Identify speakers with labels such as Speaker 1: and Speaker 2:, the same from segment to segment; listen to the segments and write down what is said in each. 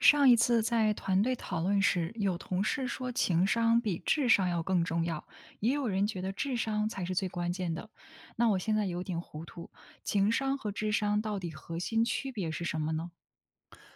Speaker 1: 上一次在团队讨论时，有同事说情商比智商要更重要，也有人觉得智商才是最关键的。那我现在有点糊涂，情商和智商到底核心区别是什么呢？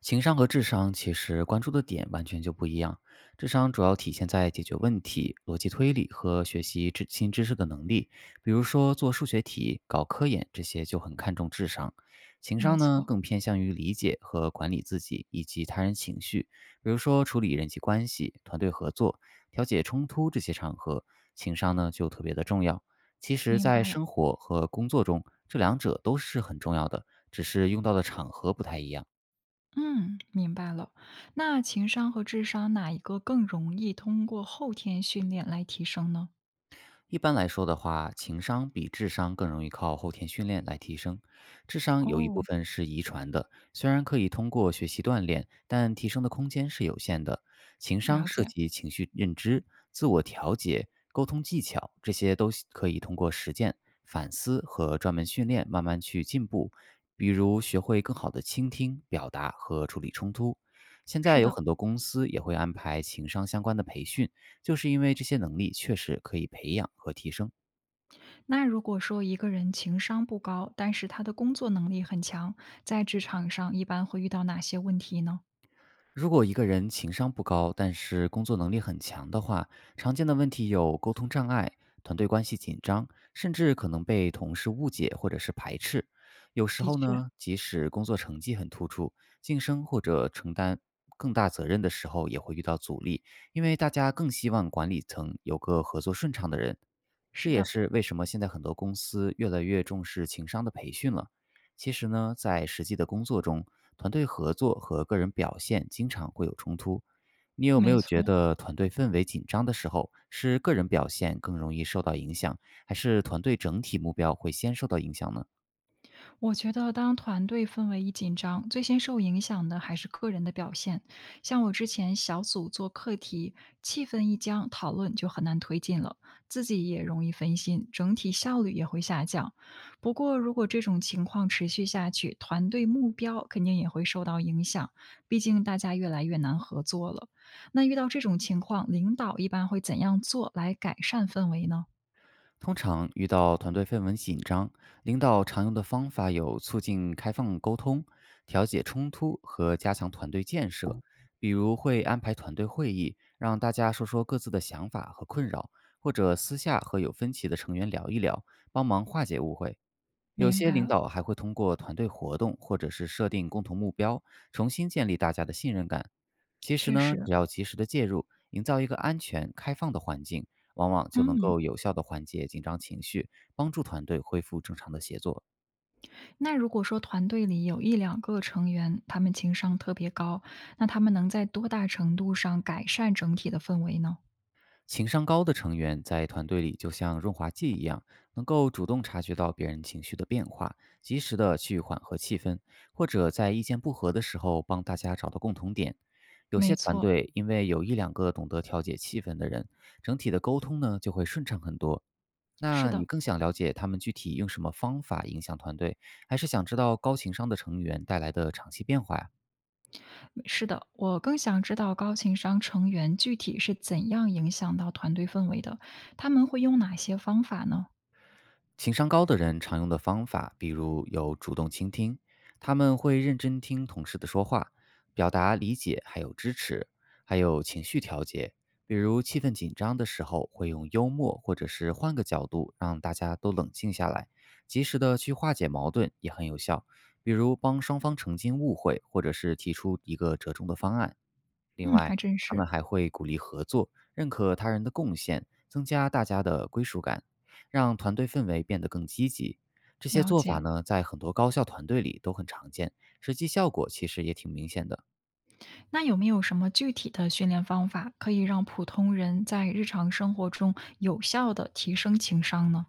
Speaker 2: 情商和智商其实关注的点完全就不一样。智商主要体现在解决问题、逻辑推理和学习知新知识的能力，比如说做数学题、搞科研这些就很看重智商。情
Speaker 1: 没
Speaker 2: 商呢，
Speaker 1: 错，
Speaker 2: 更偏向于理解和管理自己以及他人情绪，比如说处理人际关系、团队合作、调解冲突这些场合，情商呢就特别的重要。其实，
Speaker 1: 明
Speaker 2: 在
Speaker 1: 白了。
Speaker 2: 生活和工作中，这两者都是很重要的，只是用到的场合不太一样。
Speaker 1: 嗯，明白了。那情商和智商哪一个更容易通过后天训练来提升呢？
Speaker 2: 一般来说的话，情商比智商更容易靠后天训练来提升。智商有一
Speaker 1: 哦，
Speaker 2: 部分是遗传的，虽然可以通过学习锻炼，但提升的空间是有限的。情
Speaker 1: 了
Speaker 2: 商涉
Speaker 1: 解。
Speaker 2: 及情绪认知、自我调节、沟通技巧，这些都是可以通过实践、反思和专门训练慢慢去进步。比如学会更好的倾听、表达和处理冲突。现
Speaker 1: 是
Speaker 2: 在有
Speaker 1: 的，
Speaker 2: 很多公司也会安排情商相关的培训。就是因为这些能力确实可以培养和提升。
Speaker 1: 那如果说一个人情商不高，但是他的工作能力很强，在职场上一般会遇到哪些问题呢？
Speaker 2: 如果一个人情商不高，但是工作能力很强的话，常见的问题有沟通障碍、团队关系紧张，甚至可能被同事误解或者是排斥。有时
Speaker 1: 的
Speaker 2: 候
Speaker 1: 确，
Speaker 2: 呢，即使工作成绩很突出，晋升或者承担更大责任的时候，也会遇到阻力，因为大家更希望管理层有个合作顺畅的人。
Speaker 1: 是
Speaker 2: 这也
Speaker 1: 的，
Speaker 2: 是为什么现在很多公司越来越重视情商的培训了。其实呢，在实际的工作中，团队合作和个人表现经常会有冲突。你有没
Speaker 1: 没
Speaker 2: 有觉
Speaker 1: 错。
Speaker 2: 得团队氛围紧张的时候，是个人表现更容易受到影响，还是团队整体目标会先受到影响呢？
Speaker 1: 我觉得，当团队氛围一紧张，最先受影响的还是个人的表现。像我之前小组做课题，气氛一僵，讨论就很难推进了，自己也容易分心，整体效率也会下降。不过，如果这种情况持续下去，团队目标肯定也会受到影响，毕竟大家越来越难合作了。那遇到这种情况，领导一般会怎样做来改善氛围呢？
Speaker 2: 通常遇到团队氛围紧张，领导常用的方法有促进开放沟通、调解冲突和加强团队建设。比如会安排团队会议，让大家说说各自的想法和困扰，或者私下和有分歧的成员聊一聊，帮忙化解误会。有
Speaker 1: 明
Speaker 2: 些
Speaker 1: 白
Speaker 2: 领
Speaker 1: 了，
Speaker 2: 导还会通过团队活动或者是设定共同目标，重新建立大家的信任感。其实
Speaker 1: 确
Speaker 2: 呢，
Speaker 1: 实，
Speaker 2: 只要及时的介入，营造一个安全、开放的环境，往往就能
Speaker 1: 嗯。
Speaker 2: 够有效的缓解紧张情绪，帮助团队恢复正常的协作。
Speaker 1: 那如果说团队里有一两个成员，他们情商特别高，那他们能在多大程度上改善整体的氛围呢？
Speaker 2: 情商高的成员在团队里就像润滑剂一样，能够主动察觉到别人情绪的变化，及时的去缓和气氛，或者在意见不合的时候帮大家找到共同点。有
Speaker 1: 没
Speaker 2: 些团
Speaker 1: 错，
Speaker 2: 队因为有一两个懂得调节气氛的人，整体的沟通呢就会顺畅很多。
Speaker 1: 是
Speaker 2: 那你
Speaker 1: 的，
Speaker 2: 更想了解他们具体用什么方法影响团队，还是想知道高情商的成员带来的长期变化呀？
Speaker 1: 是的，我更想知道高情商成员具体是怎样影响到团队氛围的，他们会用哪些方法呢？
Speaker 2: 情商高的人常用的方法，比如有主动倾听，他们会认真听同事的说话，表达理解还有支持，还有情绪调节，比如气氛紧张的时候会用幽默或者是换个角度让大家都冷静下来，及时的去化解矛盾也很有效，比如帮双方澄清误会，或者是提出一个折中的方案。另
Speaker 1: 嗯，还
Speaker 2: 外，
Speaker 1: 真
Speaker 2: 他
Speaker 1: 是。
Speaker 2: 们还会鼓励合作，认可他人的贡献，增加大家的归属感。让团队氛围变得更积极。这些
Speaker 1: 了
Speaker 2: 做
Speaker 1: 解
Speaker 2: 法
Speaker 1: 了，
Speaker 2: 呢，在很多高校团队里都很常见，实际效果其实也挺明显的。
Speaker 1: 那有没有什么具体的训练方法可以让普通人在日常生活中有效的提升情商呢？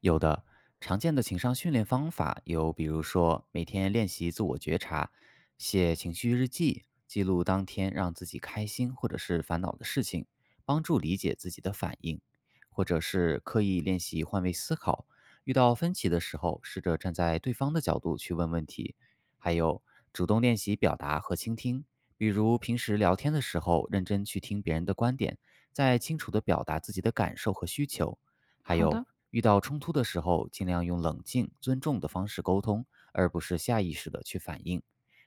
Speaker 2: 有的，常见的情商训练方法有，比如说每天练习自我觉察，写情绪日记，记录当天让自己开心或者是烦恼的事情，帮助理解自己的反应，或者是刻意练习换位思考，遇到分歧的时候，试着站在对方的角度去问问题，还有主动练习表达和倾听。比如平时聊天的时候，认真去听别人的观点，再清楚地表达自己的感受和需求，还
Speaker 1: 好
Speaker 2: 有，
Speaker 1: 的，
Speaker 2: 遇到冲突的时候，尽量用冷静、尊重的方式沟通，而不是下意识的去反应。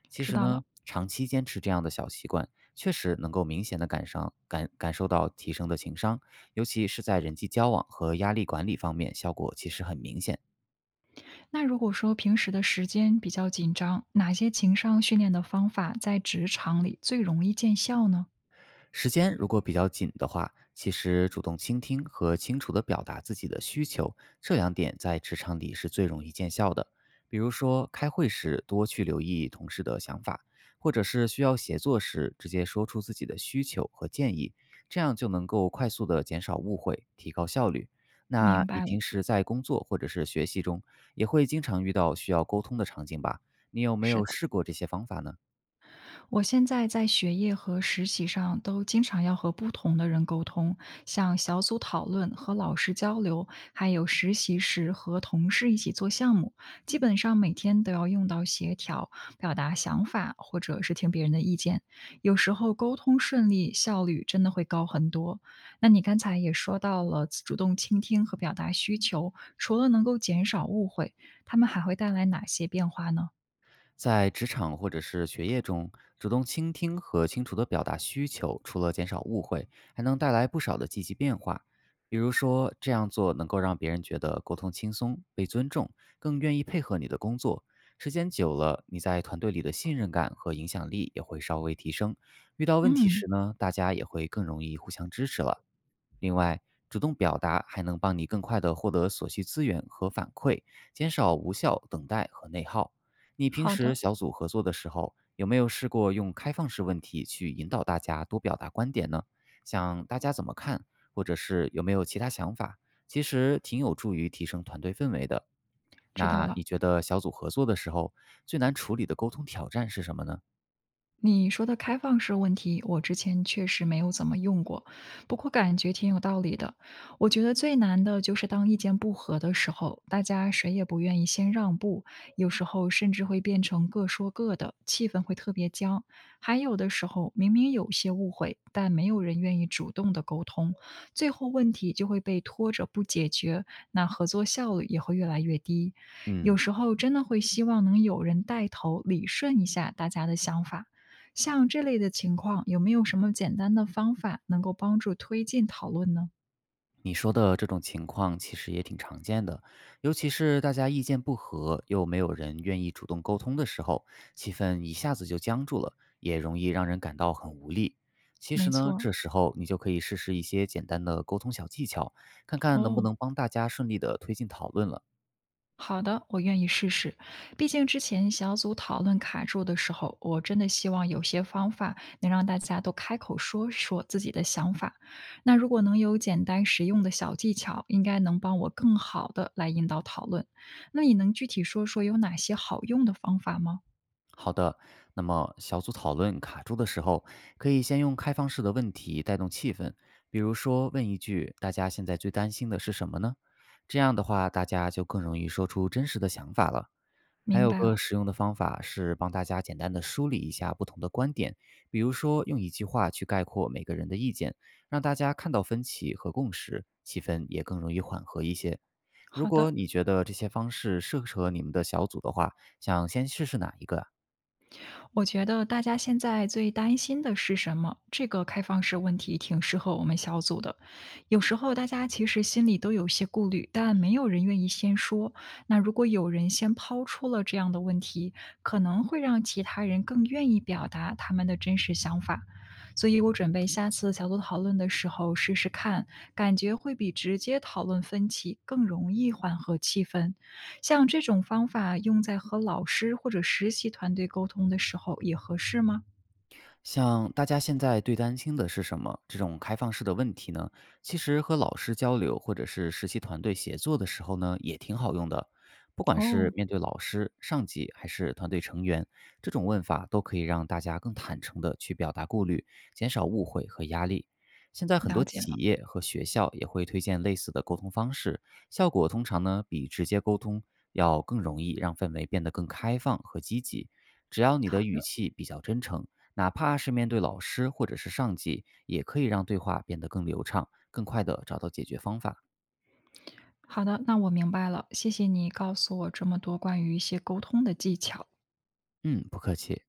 Speaker 2: 其
Speaker 1: 知
Speaker 2: 实
Speaker 1: 道了。
Speaker 2: 呢，长期坚持这样的小习惯，确实能够明显的感伤感感受到提升的情商，尤其是在人际交往和压力管理方面，效果其实很明显。
Speaker 1: 那如果说平时的时间比较紧张，哪些情商训练的方法在职场里最容易见效呢？
Speaker 2: 时间如果比较紧的话，其实主动倾听和清楚地表达自己的需求，这两点在职场里是最容易见效的。比如说，开会时多去留意同事的想法，或者是需要协作时直接说出自己的需求和建议，这样就能够快速地减少误会，提高效率。
Speaker 1: 明
Speaker 2: 那你
Speaker 1: 白了，
Speaker 2: 平时在工作或者是学习中，也会经常遇到需要沟通的场景吧？你有没
Speaker 1: 是
Speaker 2: 有
Speaker 1: 的。
Speaker 2: 试过这些方法呢？
Speaker 1: 我现在在学业和实习上都经常要和不同的人沟通，像小组讨论和老师交流，还有实习时和同事一起做项目，基本上每天都要用到协调、表达想法或者是听别人的意见。有时候沟通顺利，效率真的会高很多。那你刚才也说到了主动倾听和表达需求，除了能够减少误会，他们还会带来哪些变化呢？
Speaker 2: 在职场或者是学业中，主动倾听和清楚地表达需求，除了减少误会，还能带来不少的积极变化。比如说，这样做能够让别人觉得沟通轻松、被尊重，更愿意配合你的工作。时间久了，你在团队里的信任感和影响力也会稍微提升。遇到问题
Speaker 1: 嗯，
Speaker 2: 时呢，大家也会更容易互相支持了。另外，主动表达还能帮你更快地获得所需资源和反馈，减少无效等待和内耗。你平
Speaker 1: 好
Speaker 2: 时
Speaker 1: 的，
Speaker 2: 小组合作的时候，有没有试过用开放式问题去引导大家多表达观点呢？想大家怎么看，或者是有没有其他想法？其实挺有助于提升团队氛围的。
Speaker 1: 知道
Speaker 2: 那
Speaker 1: 了。
Speaker 2: 你觉得小组合作的时候，最难处理的沟通挑战是什么呢？
Speaker 1: 你说的开放式问题，我之前确实没有怎么用过，不过感觉挺有道理的。我觉得最难的就是当意见不合的时候，大家谁也不愿意先让步，有时候甚至会变成各说各的，气氛会特别僵。还有的时候，明明有些误会，但没有人愿意主动的沟通，最后问题就会被拖着不解决，那合作效率也会越来越低。有
Speaker 2: 嗯。
Speaker 1: 时候真的会希望能有人带头理顺一下大家的想法。像这类的情况，有没有什么简单的方法能够帮助推进讨论呢？
Speaker 2: 你说的这种情况其实也挺常见的，尤其是大家意见不合，又没有人愿意主动沟通的时候，气氛一下子就僵住了，也容易让人感到很无力。其
Speaker 1: 没
Speaker 2: 实呢，
Speaker 1: 错，
Speaker 2: 这时候你就可以试试一些简单的沟通小技巧，看看能不
Speaker 1: 哦，
Speaker 2: 能帮大家顺利的推进讨论了。
Speaker 1: 好的，我愿意试试。毕竟之前小组讨论卡住的时候，我真的希望有些方法能让大家都开口说说自己的想法。那如果能有简单实用的小技巧，应该能帮我更好的来引导讨论。那你能具体说说有哪些好用的方法吗？
Speaker 2: 好的，那么小组讨论卡住的时候，可以先用开放式的问题带动气氛，比如说问一句“大家现在最担心的是什么呢？”这样的话，大家就更容易说出真实的想法了。还
Speaker 1: 明
Speaker 2: 有
Speaker 1: 白
Speaker 2: 个
Speaker 1: 了，
Speaker 2: 实用的方法是帮大家简单的梳理一下不同的观点，比如说用一句话去概括每个人的意见，让大家看到分歧和共识，气氛也更容易缓和一些。如
Speaker 1: 好
Speaker 2: 果
Speaker 1: 的。
Speaker 2: 你觉得这些方式适合你们的小组的话，想先试试哪一个啊？
Speaker 1: 我觉得大家现在最担心的是什么？这个开放式问题挺适合我们小组的。有时候大家其实心里都有些顾虑，但没有人愿意先说。那如果有人先抛出了这样的问题，可能会让其他人更愿意表达他们的真实想法。所以我准备下次小组讨论的时候试试看，感觉会比直接讨论分歧更容易缓和气氛。像这种方法用在和老师或者实习团队沟通的时候也合适吗？
Speaker 2: 像大家现在最担心的是什么？这种开放式的问题呢，其实和老师交流或者是实习团队协作的时候呢，也挺好用的。不管
Speaker 1: 哦，
Speaker 2: 是面对老师、上级还是团队成员，这种问法都可以让大家更坦诚地去表达顾虑，减少误会和压力。现在很
Speaker 1: 了
Speaker 2: 多
Speaker 1: 解
Speaker 2: 企
Speaker 1: 了，
Speaker 2: 业和学校也会推荐类似的沟通方式，效果通常呢比直接沟通要更容易让氛围变得更开放和积极。只要你
Speaker 1: 好
Speaker 2: 的语
Speaker 1: 的，
Speaker 2: 气比较真诚。哪怕是面对老师或者是上级，也可以让对话变得更流畅，更快地找到解决方法。
Speaker 1: 好的，那我明白了，谢谢你告诉我这么多关于一些沟通的技巧。
Speaker 2: 嗯，不客气。